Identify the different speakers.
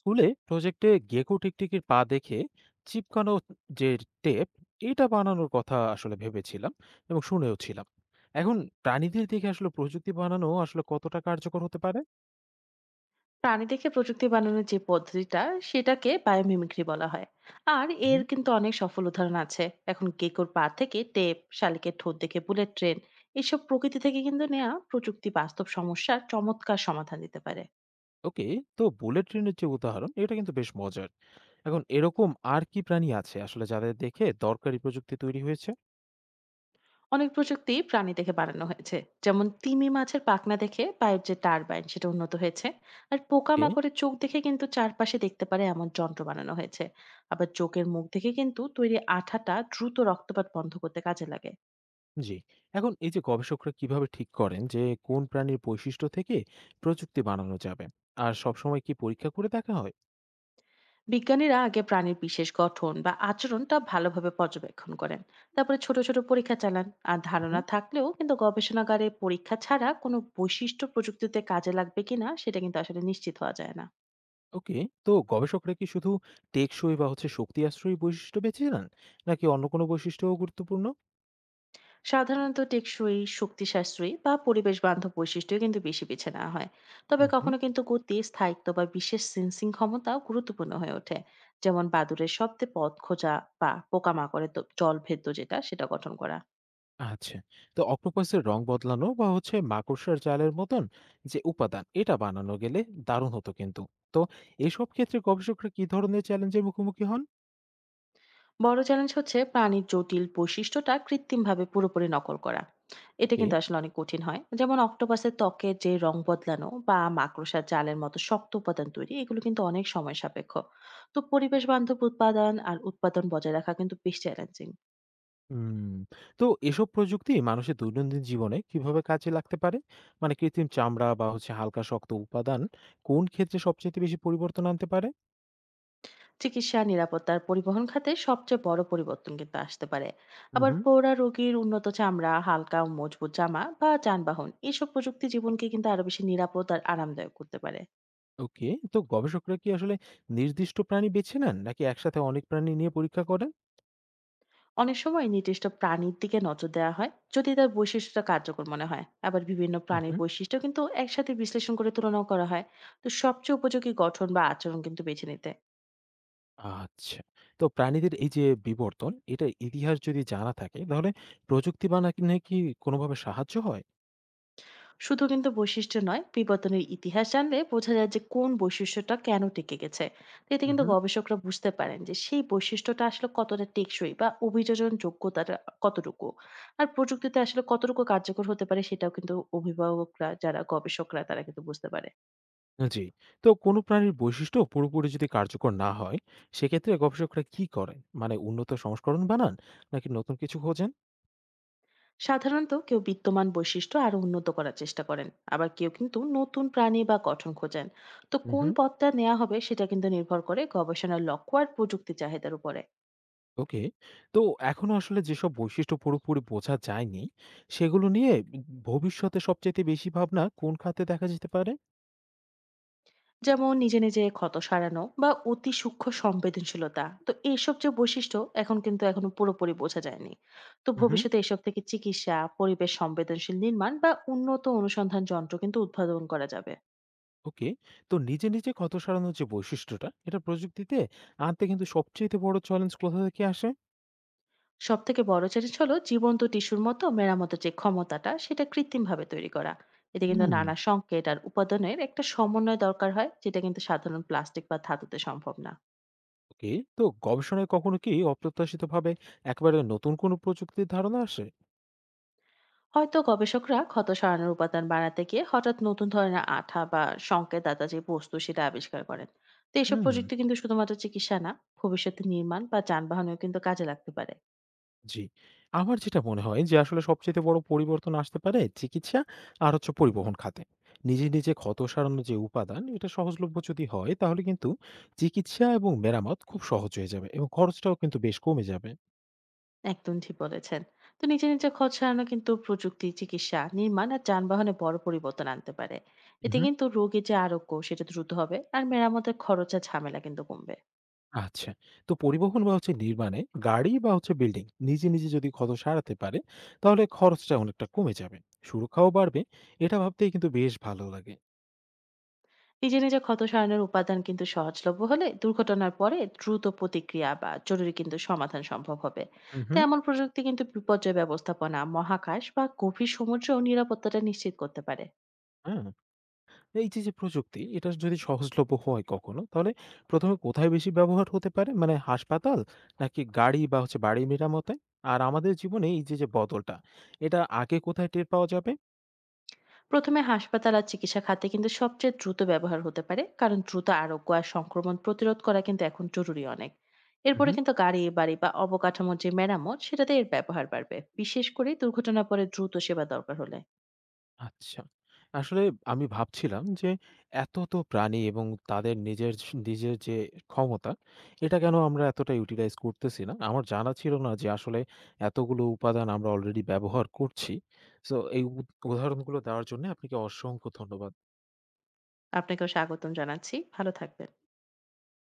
Speaker 1: স্কুলে প্রজেক্টে গেকো টিকটিকির পা দেখে চিপকানো যে টেপ এটা বানানোর কথা আসলে ভেবেছিলাম, এবং শুনেও ছিলাম এখন প্রাণীদের দেখে আসলে প্রযুক্তি বানানো আসলে কতটা কার্যকর হতে পারে।
Speaker 2: প্রাণী দেখে প্রযুক্তি বানানোর যে পদ্ধতিটা, সেটাকে বায়োমিমিক্রি বলা হয়। আর এর
Speaker 1: হুম।
Speaker 2: কিন্তু অনেক সফল উদাহরণ আছে। এখন কেকোর পা থেকে টেপ, শালিকের ঠোঁট দেখে বুলেট ট্রেন, এসব প্রকৃতি থেকে কিন্তু নেওয়া প্রযুক্তি বাস্তব সমস্যার চমৎকার সমাধান দিতে পারে।
Speaker 1: ওকে, তো বুলেট ট্রেনের যে উদাহরণ এটা কিন্তু বেশ মজার। এখন এরকম আর কি প্রাণী আছে আসলে যাদের দেখে দরকারি প্রযুক্তি তৈরি হয়েছে?
Speaker 2: অনেক প্রযুক্তি প্রাণী দেখে বানানো হয়েছে। যেমন তিমি মাছের পাখনা দেখে পায়ের যে টারবাইন, সেটা উন্নত হয়েছে। আর পোকা
Speaker 1: এ।
Speaker 2: মাকড়ের চোখ দেখে কিন্তু চারপাশে দেখতে পারে এমন যন্ত্র বানানো হয়েছে। আবার চোখের মুখ দেখে কিন্তু তৈরি আঠাটা দ্রুত রক্তপাত বন্ধ করতে কাজে লাগে।
Speaker 1: জি। এখন এই যে গবেষকরা কিভাবে ঠিক করেন যে কোন প্রাণীর বৈশিষ্ট্য থেকে প্রযুক্তি বানানো যাবে, আর সবসময় কি পরীক্ষা করে দেখা
Speaker 2: বিজ্ঞানীরা আগে প্রাণীর বিশেষ গঠন বা আচরণটা ভালোভাবে পর্যবেক্ষণ করেন, তারপরে ছোট ছোট পরীক্ষা চালান। আর ধারণা
Speaker 1: হয়?
Speaker 2: থাকলেও কিন্তু গবেষণাগারে পরীক্ষা ছাড়া কোনো বৈশিষ্ট্য প্রযুক্তিতে কাজে লাগবে কিনা সেটা কিন্তু আসলে নিশ্চিত হওয়া যায় না।
Speaker 1: ওকে, তো গবেষকরা কি শুধু টেকসই বা হচ্ছে শক্তি আশ্রয়ী বৈশিষ্ট্য বেছে নেন, নাকি অন্য কোনো বৈশিষ্ট্যও গুরুত্বপূর্ণ?
Speaker 2: সাধারণত টেকসই, শক্তি সাশ্রয়ী বা পরিবেশ বান্ধব বৈশিষ্ট্য কিন্তু বেশি বেছে নেওয়া হয়। তবে
Speaker 1: হুম হুম
Speaker 2: কখনো কিন্তু গতি, স্থায়িত্ব বা বিশেষ সেন্সিং ক্ষমতাও গুরুত্বপূর্ণ হয়ে ওঠে। যেমন বাদুড়ের শব্দে পথ খোঁজা বা পোকামাকড়ের জল ভেদ্য যেটা সেটা গঠন করা।
Speaker 1: আচ্ছা, তো অক্টোপাসের রং বদলানো বা হচ্ছে মাকড়সার জালের মতন যে উপাদান এটা বানানো গেলে দারুণ হতো কিন্তু। তো এসব ক্ষেত্রে গবেষকরা কি ধরনের চ্যালেঞ্জের মুখোমুখি হন?
Speaker 2: বড় চ্যালেঞ্জ হচ্ছে প্রাণীর জটিল বৈশিষ্ট্যটা কৃত্রিমভাবে পুরোপুরি নকল করা। এটা
Speaker 1: ওকে।
Speaker 2: কিন্তু আসলে অনেক কঠিন হয়। যেমন অক্টোপাসের ত্বকে যে রং বদলানো বা মাকড়সার জালের মতো শক্ত উপাদান তৈরি, এগুলো কিন্তু অনেক সময় সাপেক্ষ। তো পরিবেশ বান্ধব উৎপাদন আর উৎপাদন বজায় রাখা কিন্তু বেশ চ্যালেঞ্জিং।
Speaker 1: হুম। তো এসব প্রযুক্তি মানুষের দৈনন্দিন জীবনে কিভাবে কাজে লাগতে পারে? মানে কৃত্রিম চামড়া বা হচ্ছে হালকা শক্ত উপাদান কোন ক্ষেত্রে সবচেয়ে বেশি পরিবর্তন আনতে পারে?
Speaker 2: চিকিৎসা, নিরাপত্তার, পরিবহন খাতে সবচেয়ে বড় পরিবর্তন কিন্তু আসতে পারে। আবার
Speaker 1: হুম।
Speaker 2: পৌরা রোগীর উন্নত চামড়া, হালকা ও মজবুত জামা বা যানবাহন, এসব প্রযুক্তি জীবনকে কিন্তু আরো বেশি নিরাপদ আর আরামদায়ক করতে পারে।
Speaker 1: ওকে। তো গবেষকরা কি আসলে নির্দিষ্ট প্রাণী বেছে নেন, নাকি একসাথে অনেক প্রাণী নিয়ে পরীক্ষা করেন?
Speaker 2: অনেক সময় নির্দিষ্ট প্রাণীর দিকে নজর দেওয়া হয় যদি তার বৈশিষ্ট্যটা কার্যকর মনে হয়। আবার বিভিন্ন
Speaker 1: হুম,
Speaker 2: প্রাণীর
Speaker 1: হুম।
Speaker 2: বৈশিষ্ট্য কিন্তু একসাথে বিশ্লেষণ করে তুলনাও করা হয় তো সবচেয়ে উপযোগী গঠন বা আচরণ কিন্তু বেছে নিতে।
Speaker 1: আচ্ছা। তো প্রাণীদের এই যে বিবর্তন, এটার ইতিহাস যদি জানা থাকে তাহলে প্রযুক্তি বানানে কি কোনোভাবে সাহায্য হয়?
Speaker 2: শুধু কিন্তু বৈশিষ্ট্য নয়, বিবর্তনের ইতিহাস জানলে বোঝা যায় যে কোন বৈশিষ্ট্যটা কেন টিকে গেছে। তো এতে
Speaker 1: হুম,
Speaker 2: কিন্তু
Speaker 1: হুম।
Speaker 2: গবেষকরা বুঝতে পারেন যে সেই বৈশিষ্ট্যটা আসলে কতটা টেকসই বা অভিযোজন যোগ্যতাটা কতটুকু, আর প্রযুক্তিতে আসলে কতটুকু কার্যকর হতে পারে সেটাও কিন্তু অভিভাবকরা, যারা গবেষকরা, তারা কিন্তু বুঝতে পারে।
Speaker 1: জি। তো কোনো প্রাণীর বৈশিষ্ট্য পুরোপুরি যদি কার্যকর না হয়, সেক্ষেত্রে গবেষকরা কি করেন? মানে উন্নত সংস্করণ বানান, নাকি নতুন কিছু খোঁজেন?
Speaker 2: সাধারণত কেউ বিদ্যমান বৈশিষ্ট্য আরো উন্নত করার চেষ্টা করেন, আবার কেউ কিন্তু নতুন প্রাণী বা গঠন খোঁজেন। তো
Speaker 1: হুম,
Speaker 2: কোন
Speaker 1: হুম।
Speaker 2: পথটা নেওয়া হবে সেটা কিন্তু নির্ভর করে গবেষণার লক্ষ্য আর প্রযুক্তি চাহিদার উপরে।
Speaker 1: ওকে। তো এখনো আসলে যেসব বৈশিষ্ট্য পুরোপুরি বোঝা যায়নি, সেগুলো নিয়ে ভবিষ্যতে সবচাইতে বেশি ভাবনা কোন খাতে দেখা যেতে পারে?
Speaker 2: যেমন নিজে নিজে ক্ষত সারানো বা অতি সূক্ষ্ম সংবেদনশীলতা, তো এইসব যে বৈশিষ্ট্য এখন কিন্তু এখনো পুরোপুরি বোঝা যায়নি। তো
Speaker 1: হু।
Speaker 2: ভবিষ্যতে এসব থেকে চিকিৎসা, পরিবেশ সংবেদনশীল নির্মাণ বা উন্নত অনুসন্ধান যন্ত্র কিন্তু উদ্ভাবন করা যাবে।
Speaker 1: ওকে। তো নিজে ক্ষত সারানোর যে বৈশিষ্ট্যটা, এটা প্রযুক্তিতে আনতে কিন্তু সবচাইতে বড় চ্যালেঞ্জ কোথা থেকে আসে?
Speaker 2: সব থেকে বড় চ্যালেঞ্জ হলো জীবন্ত টিস্যুর মতো মেরামতের যে ক্ষমতাটা, সেটা কৃত্রিমভাবে তৈরি করা। এতে কিন্তু
Speaker 1: হুম।
Speaker 2: নানা সংকেত আর উপাদানের একটা সমন্বয় দরকার হয়, যেটা কিন্তু সাধারণ প্লাস্টিক বা ধাতুতে সম্ভব না।
Speaker 1: ওকে। তো গবেষণায় কখনো কি অপ্রত্যাশিতভাবে একেবারে নতুন কোনো প্রযুক্তির ধারণা আসে?
Speaker 2: হয়তো গবেষকরা ক্ষত সারানোর উপাদান বানাতে গিয়ে হঠাৎ নতুন ধরনের আঠা বা সংকেত দাতা যে বস্তু, সেটা আবিষ্কার করেন। তো এইসব
Speaker 1: হুম।
Speaker 2: প্রযুক্তি কিন্তু শুধুমাত্র চিকিৎসা না, ভবিষ্যতে নির্মাণ বা যানবাহনেও কিন্তু কাজে লাগতে পারে।
Speaker 1: জি। আমার যেটা মনে হয় যে আসলে সবচাইতে বড় পরিবর্তন আসতে পারে চিকিৎসা আর হচ্ছে পরিবহন খাতে। নিজে ক্ষত সারানোর যে উপাদান এটা সহজলভ্য যদি হয় তাহলে কিন্তু চিকিৎসা এবং মেরামত খুব সহজ হয়ে যাবে, এবং খরচটাও কিন্তু বেশ কমে যাবে।
Speaker 2: একদম ঠিক বলেছেন। তো নিজে নিজে খরচ সারানো কিন্তু প্রযুক্তি, চিকিৎসা, নির্মাণ আর যানবাহনে বড় পরিবর্তন আনতে পারে। এতে
Speaker 1: উহু।
Speaker 2: কিন্তু রোগীর যে আরোগ্য সেটা দ্রুত হবে, আর মেরামতের খরচ আর ঝামেলা কিন্তু কমবে।
Speaker 1: আচ্ছা। তো পরিবহন বা হচ্ছে নির্মাণে গাড়ি বা হচ্ছে বিল্ডিং নিজে যদি ক্ষত সারাতে পারে তাহলে খরচটা অনেকটা কমে যাবে। সুরক্ষাও বাড়বে। এটা ভাবতেই কিন্তু বেশ ভালো লাগে।
Speaker 2: নিজে নিজে ক্ষত সারানোর উপাদান কিন্তু সহজলভ্য হলে দুর্ঘটনার পরে দ্রুত প্রতিক্রিয়া বা জরুরি কিন্তু সমাধান সম্ভব হবে। তো
Speaker 1: উহু।
Speaker 2: এমন প্রযুক্তি কিন্তু বিপর্যয় ব্যবস্থাপনা, মহাকাশ বা গভীর সমুদ্রেও নিরাপত্তাটা নিশ্চিত করতে পারে।
Speaker 1: হ্যাঁ? এই যে প্রযুক্তি, এটা যদি সহজলভ্য হয় কখনো, তাহলে ১ম এ কোথায় বেশি ব্যবহার হতে পারে? মানে হাসপাতাল, নাকি গাড়ি বা হচ্ছে বাড়ি মেরামতে? আর আমাদের জীবনে এই যে বদলটা, এটা আগে কোথায় টের পাওয়া যাবে?
Speaker 2: প্রথমে হাসপাতাল আর চিকিৎসা খাতে কিন্তু সবচেয়ে দ্রুত ব্যবহার হতে পারে, কারণ দ্রুত আরোগ্য আর সংক্রমণ প্রতিরোধ করা কিন্তু এখন জরুরি অনেক।
Speaker 1: হুম,
Speaker 2: এরপরে
Speaker 1: হুম।
Speaker 2: কিন্তু গাড়ি, বাড়ি বা অবকাঠামোর যে মেরামত, সেটাতে এর ব্যবহার বাড়বে, বিশেষ করে দুর্ঘটনা পরে দ্রুত সেবা দরকার হলে।
Speaker 1: আচ্ছা। আসলে আমি ভাবছিলাম যে, এত প্রাণী এবং তাদের নিজের যে ক্ষমতা, এটা কেন আমরা এতটা ইউটিলাইজ করতেছি না? আমার জানা ছিল না যে আসলে এতগুলো উপাদান আমরা অলরেডি ব্যবহার করছি। সো এই উদাহরণগুলো দেওয়ার জন্য আপনাকে অসংখ্য ধন্যবাদ।
Speaker 2: আপনাকেও স্বাগতম জানাচ্ছি, ভালো থাকবেন।